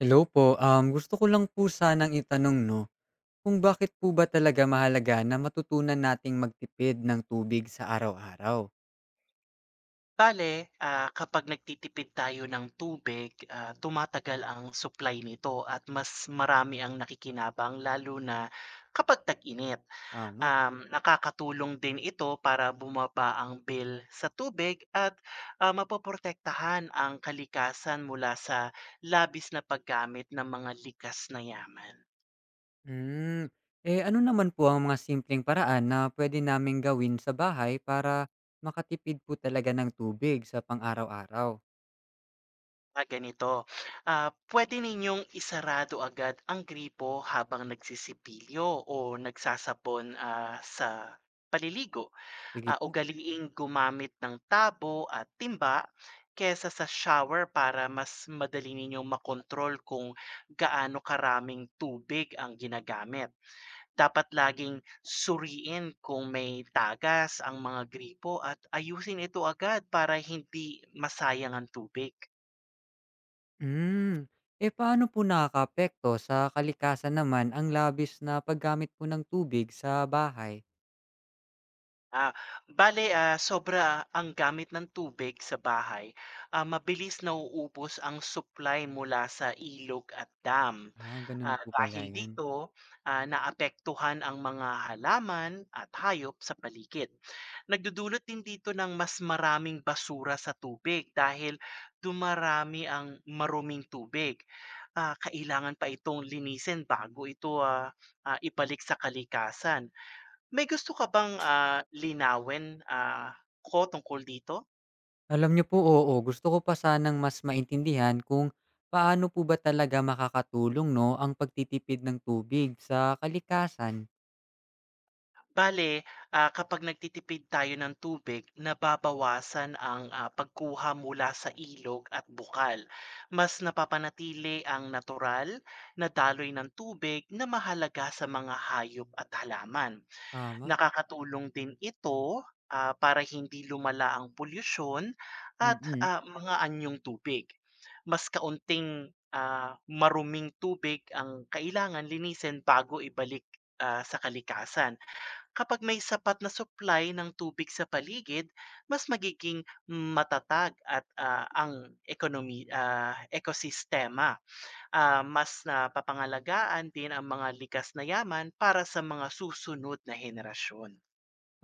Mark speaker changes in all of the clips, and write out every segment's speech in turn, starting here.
Speaker 1: Hello po. Gusto ko lang po sanang itanong 'no, kung bakit po ba talaga mahalaga na matutunan nating magtipid ng tubig sa araw-araw?
Speaker 2: Bale, kapag nagtitipid tayo ng tubig, tumatagal ang supply nito at mas marami ang nakikinabang, lalo na kapag tag-init.
Speaker 1: Tama.
Speaker 2: Nakakatulong din ito para bumaba ang bill sa tubig at mapoprotektahan ang kalikasan mula sa labis na paggamit ng mga likas na yaman.
Speaker 1: Hmm. Eh, ano naman po ang mga simpleng paraan na pwede naming gawin sa bahay para makatipid po talaga ng tubig sa pang-araw-araw?
Speaker 2: Ganito. Pwede ninyong isarado agad ang gripo habang nagsisipilyo o nagsasapon sa paliligo.
Speaker 1: Sige po.
Speaker 2: Ugaliing gumamit ng tabo at timba kesa sa shower para mas madali ninyong makontrol kung gaano karaming tubig ang ginagamit. Dapat laging suriin kung may tagas ang mga gripo at ayusin ito agad para hindi masayang ang tubig.
Speaker 1: Hmm. Eh, paano po nakakaapekto sa kalikasan naman ang labis na paggamit po ng tubig sa bahay?
Speaker 2: Ah, Bale, sobra ang gamit ng tubig sa bahay. Mabilis nauubos ang supply mula sa ilog at dam.
Speaker 1: Ah, gano'n po pala
Speaker 2: Dahil
Speaker 1: yun.
Speaker 2: dito, naapektuhan ang mga halaman at hayop sa paligid. Nagdudulot din dito ng mas maraming basura sa tubig dahil dumarami ang maruming tubig. Kailangan pa itong linisin bago ito ibalik sa kalikasan. May gusto ka bang, linawin, ko tungkol dito?
Speaker 1: Alam niyo po, oo. Gusto ko pa sanang mas maintindihan kung paano po ba talaga makakatulong 'no, ang pagtitipid ng tubig sa kalikasan.
Speaker 2: Bale, kapag nagtitipid tayo ng tubig, nababawasan ang, pagkuha mula sa ilog at bukal. Mas napapanatili ang natural na daloy ng tubig na mahalaga sa mga hayop at halaman.
Speaker 1: Tama.
Speaker 2: Nakakatulong din ito, para hindi lumala ang polusyon at,
Speaker 1: Mm.
Speaker 2: mga anyong tubig. Mas kaunting, maruming tubig ang kailangan linisin bago ibalik, sa kalikasan. Kapag may sapat na supply ng tubig sa paligid, mas magiging matatag at, ang ekosistema. Mas napapangalagaan din ang mga likas na yaman para sa mga susunod na henerasyon.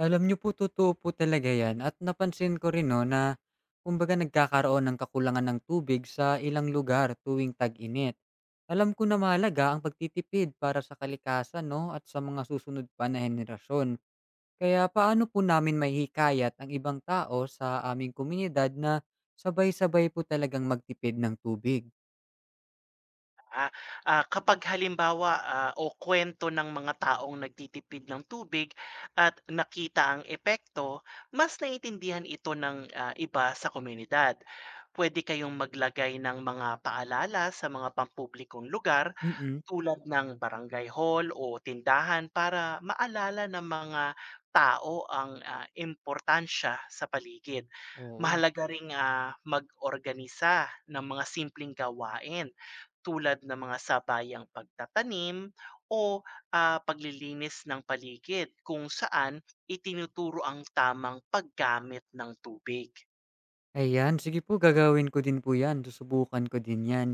Speaker 1: Alam niyo po, totoo po talaga 'yan at napansin ko rin 'no, na kumbaga nagkakaroon ng kakulangan ng tubig sa ilang lugar tuwing tag-init. Alam ko na mahalaga ang pagtitipid para sa kalikasan 'no, at sa mga susunod pa na henerasyon. Kaya paano po namin mahihikayat ang ibang tao sa aming komunidad na sabay-sabay po talagang magtipid ng tubig?
Speaker 2: Ah, Kapag halimbawa, o kwento ng mga taong nagtitipid ng tubig at nakita ang epekto, mas naiintindihan ito ng iba sa komunidad. Pwede kayong maglagay ng mga paalala sa mga pampublikong lugar
Speaker 1: Mm.
Speaker 2: tulad ng barangay hall o tindahan para maalala ng mga tao ang importansya sa paligid.
Speaker 1: Oo.
Speaker 2: Mahalaga ring mag-organisa ng mga simpleng gawain tulad ng mga sabayang pagtatanim o, paglilinis ng paligid kung saan itinuturo ang tamang paggamit ng tubig.
Speaker 1: Ayan, sige po, gagawin ko din po 'yan, susubukan ko din 'yan.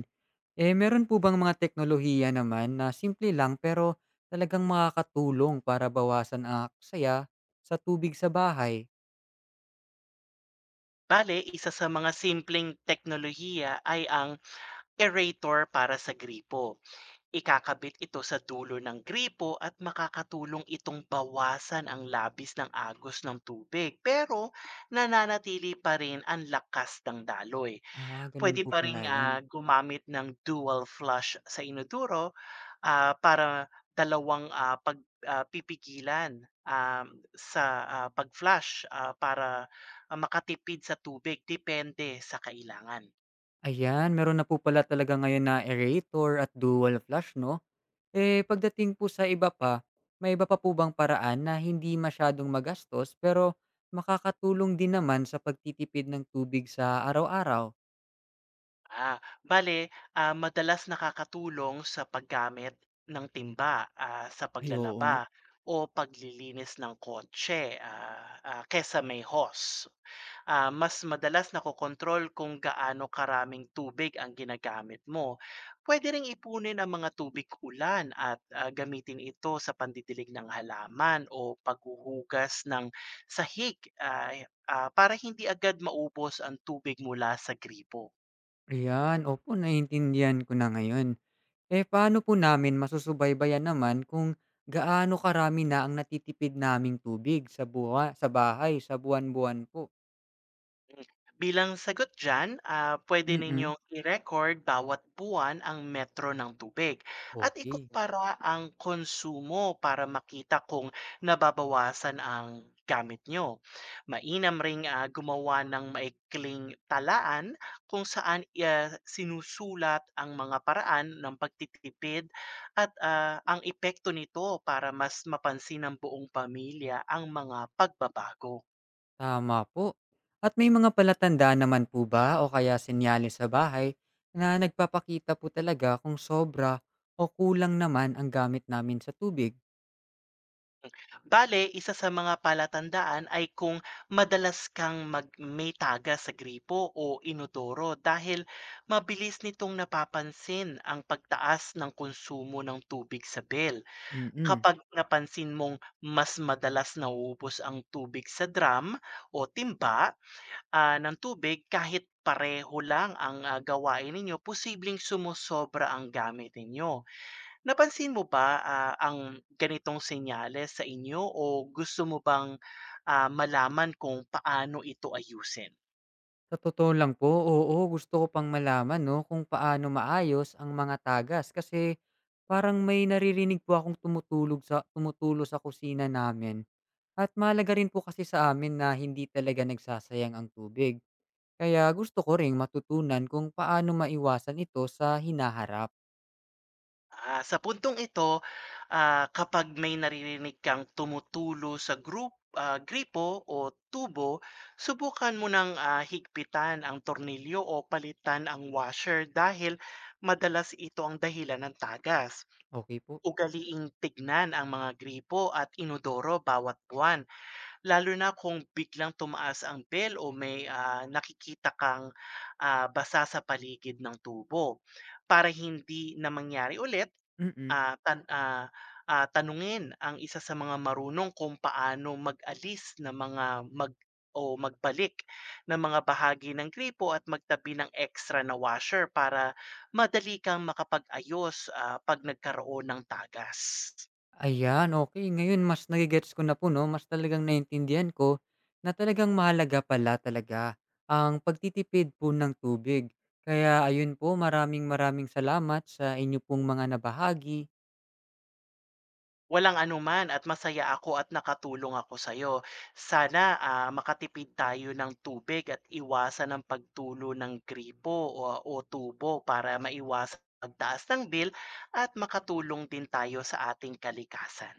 Speaker 1: Eh, meron po bang mga teknolohiya naman na simple lang pero talagang makakatulong para bawasan ang aksaya sa tubig sa bahay?
Speaker 2: Bale, isa sa mga simpleng teknolohiya ay ang aerator para sa gripo. Ikakabit ito sa dulo ng gripo at makakatulong itong bawasan ang labis ng agos ng tubig, pero nananatili pa rin ang lakas ng daloy.
Speaker 1: Ah, ganun
Speaker 2: Puwede
Speaker 1: po
Speaker 2: pa ring,
Speaker 1: pala yun.
Speaker 2: gumamit ng dual flush sa inodoro, para dalawang, pag pipigilan, sa, pag-flush, para makatipid sa tubig depende sa kailangan.
Speaker 1: Ayan, meron na po pala talaga ngayon na aerator at dual flush 'no? Eh, pagdating po sa iba pa, may iba pa po bang paraan na hindi masyadong magastos pero makakatulong din naman sa pagtitipid ng tubig sa araw-araw?
Speaker 2: Bale, madalas nakakatulong sa paggamit ng timba sa
Speaker 1: Ay, oo
Speaker 2: paglalaba
Speaker 1: nga.
Speaker 2: o paglilinis ng kotse kesa may hose. Mas madalas nakokontrol kung gaano karaming tubig ang ginagamit mo. Pwede ring ipunin ang mga tubig ulan at gamitin ito sa pandidilig ng halaman o paghuhugas ng sahig para hindi agad maubos ang tubig mula sa gripo.
Speaker 1: Ayan, opo, naiintindihan ko na ngayon. Eh, paano po namin masusubaybayan naman kung gaano karami na ang natitipid naming tubig sa buha, sa bahay, sa buwan-buwan po?
Speaker 2: Bilang sagot dyan, pwede
Speaker 1: Mm-mm.
Speaker 2: ninyong i-record bawat buwan ang metro ng tubig at
Speaker 1: Okay.
Speaker 2: ikumpara ang konsumo para makita kung nababawasan ang gamit nyo. Mainam ring gumawa ng maikling talaan kung saan sinusulat ang mga paraan ng pagtitipid at ang epekto nito para mas mapansin ng buong pamilya ang mga pagbabago.
Speaker 1: Tama po. At may mga palatandaan naman po ba o kaya senyales sa bahay na nagpapakita po talaga kung sobra o kulang naman ang gamit namin sa tubig?
Speaker 2: Bale, isa sa mga palatandaan ay kung madalas kang mag may taga sa gripo o inodoro, dahil mabilis nitong napapansin ang pagtaas ng konsumo ng tubig sa bill.
Speaker 1: Mm.
Speaker 2: Kapag napansin mong mas madalas nauubos ang tubig sa drum o timba ng tubig kahit pareho lang ang gawain ninyo, posibleng sumusobra ang gamit ninyo. Napansin mo ba, ang ganitong senyales sa inyo, o gusto mo bang, malaman kung paano ito ayusin?
Speaker 1: Sa totoo lang po, oo, gusto ko pang malaman no, kung paano maayos ang mga tagas kasi parang may naririnig po akong tumutulog sa, tumutulo sa kusina namin. At mahalaga rin po kasi sa amin na hindi talaga nagsasayang ang tubig. Kaya gusto ko ring matutunan kung paano maiwasan ito sa hinaharap.
Speaker 2: Sa puntong ito, kapag may naririnig kang tumutulo sa group gripo o tubo, subukan mo ng, higpitan ang tornilyo o palitan ang washer, dahil madalas ito ang dahilan ng tagas.
Speaker 1: Okay po.
Speaker 2: Ugaliing tignan ang mga gripo at inodoro bawat buwan, lalo na kung biglang tumaas ang bill o may, nakikita kang, basa sa paligid ng tubo. Para hindi na mangyari ulit,
Speaker 1: Mm.
Speaker 2: ah, tan ah, tanungin ang isa sa mga marunong kung paano mag-alis ng mga mag o magbalik ng mga bahagi ng gripo at magtabi ng extra na washer para madali kang makapag-ayos, 'pag nagkaroon ng tagas.
Speaker 1: Ayan, okay. Ngayon mas nage-gets ko na po 'no, mas talagang naintindihan ko na talagang mahalaga pala talaga ang pagtitipid po ng tubig. Kaya ayun po, maraming maraming salamat sa inyo pong mga nabahagi.
Speaker 2: Walang anuman, at masaya ako at nakatulong ako sa sa'yo. Sana, makatipid tayo ng tubig at iwasan ang pagtulo ng gripo o o tubo para maiwasan ang pagtaas ng bill at makatulong din tayo sa ating kalikasan.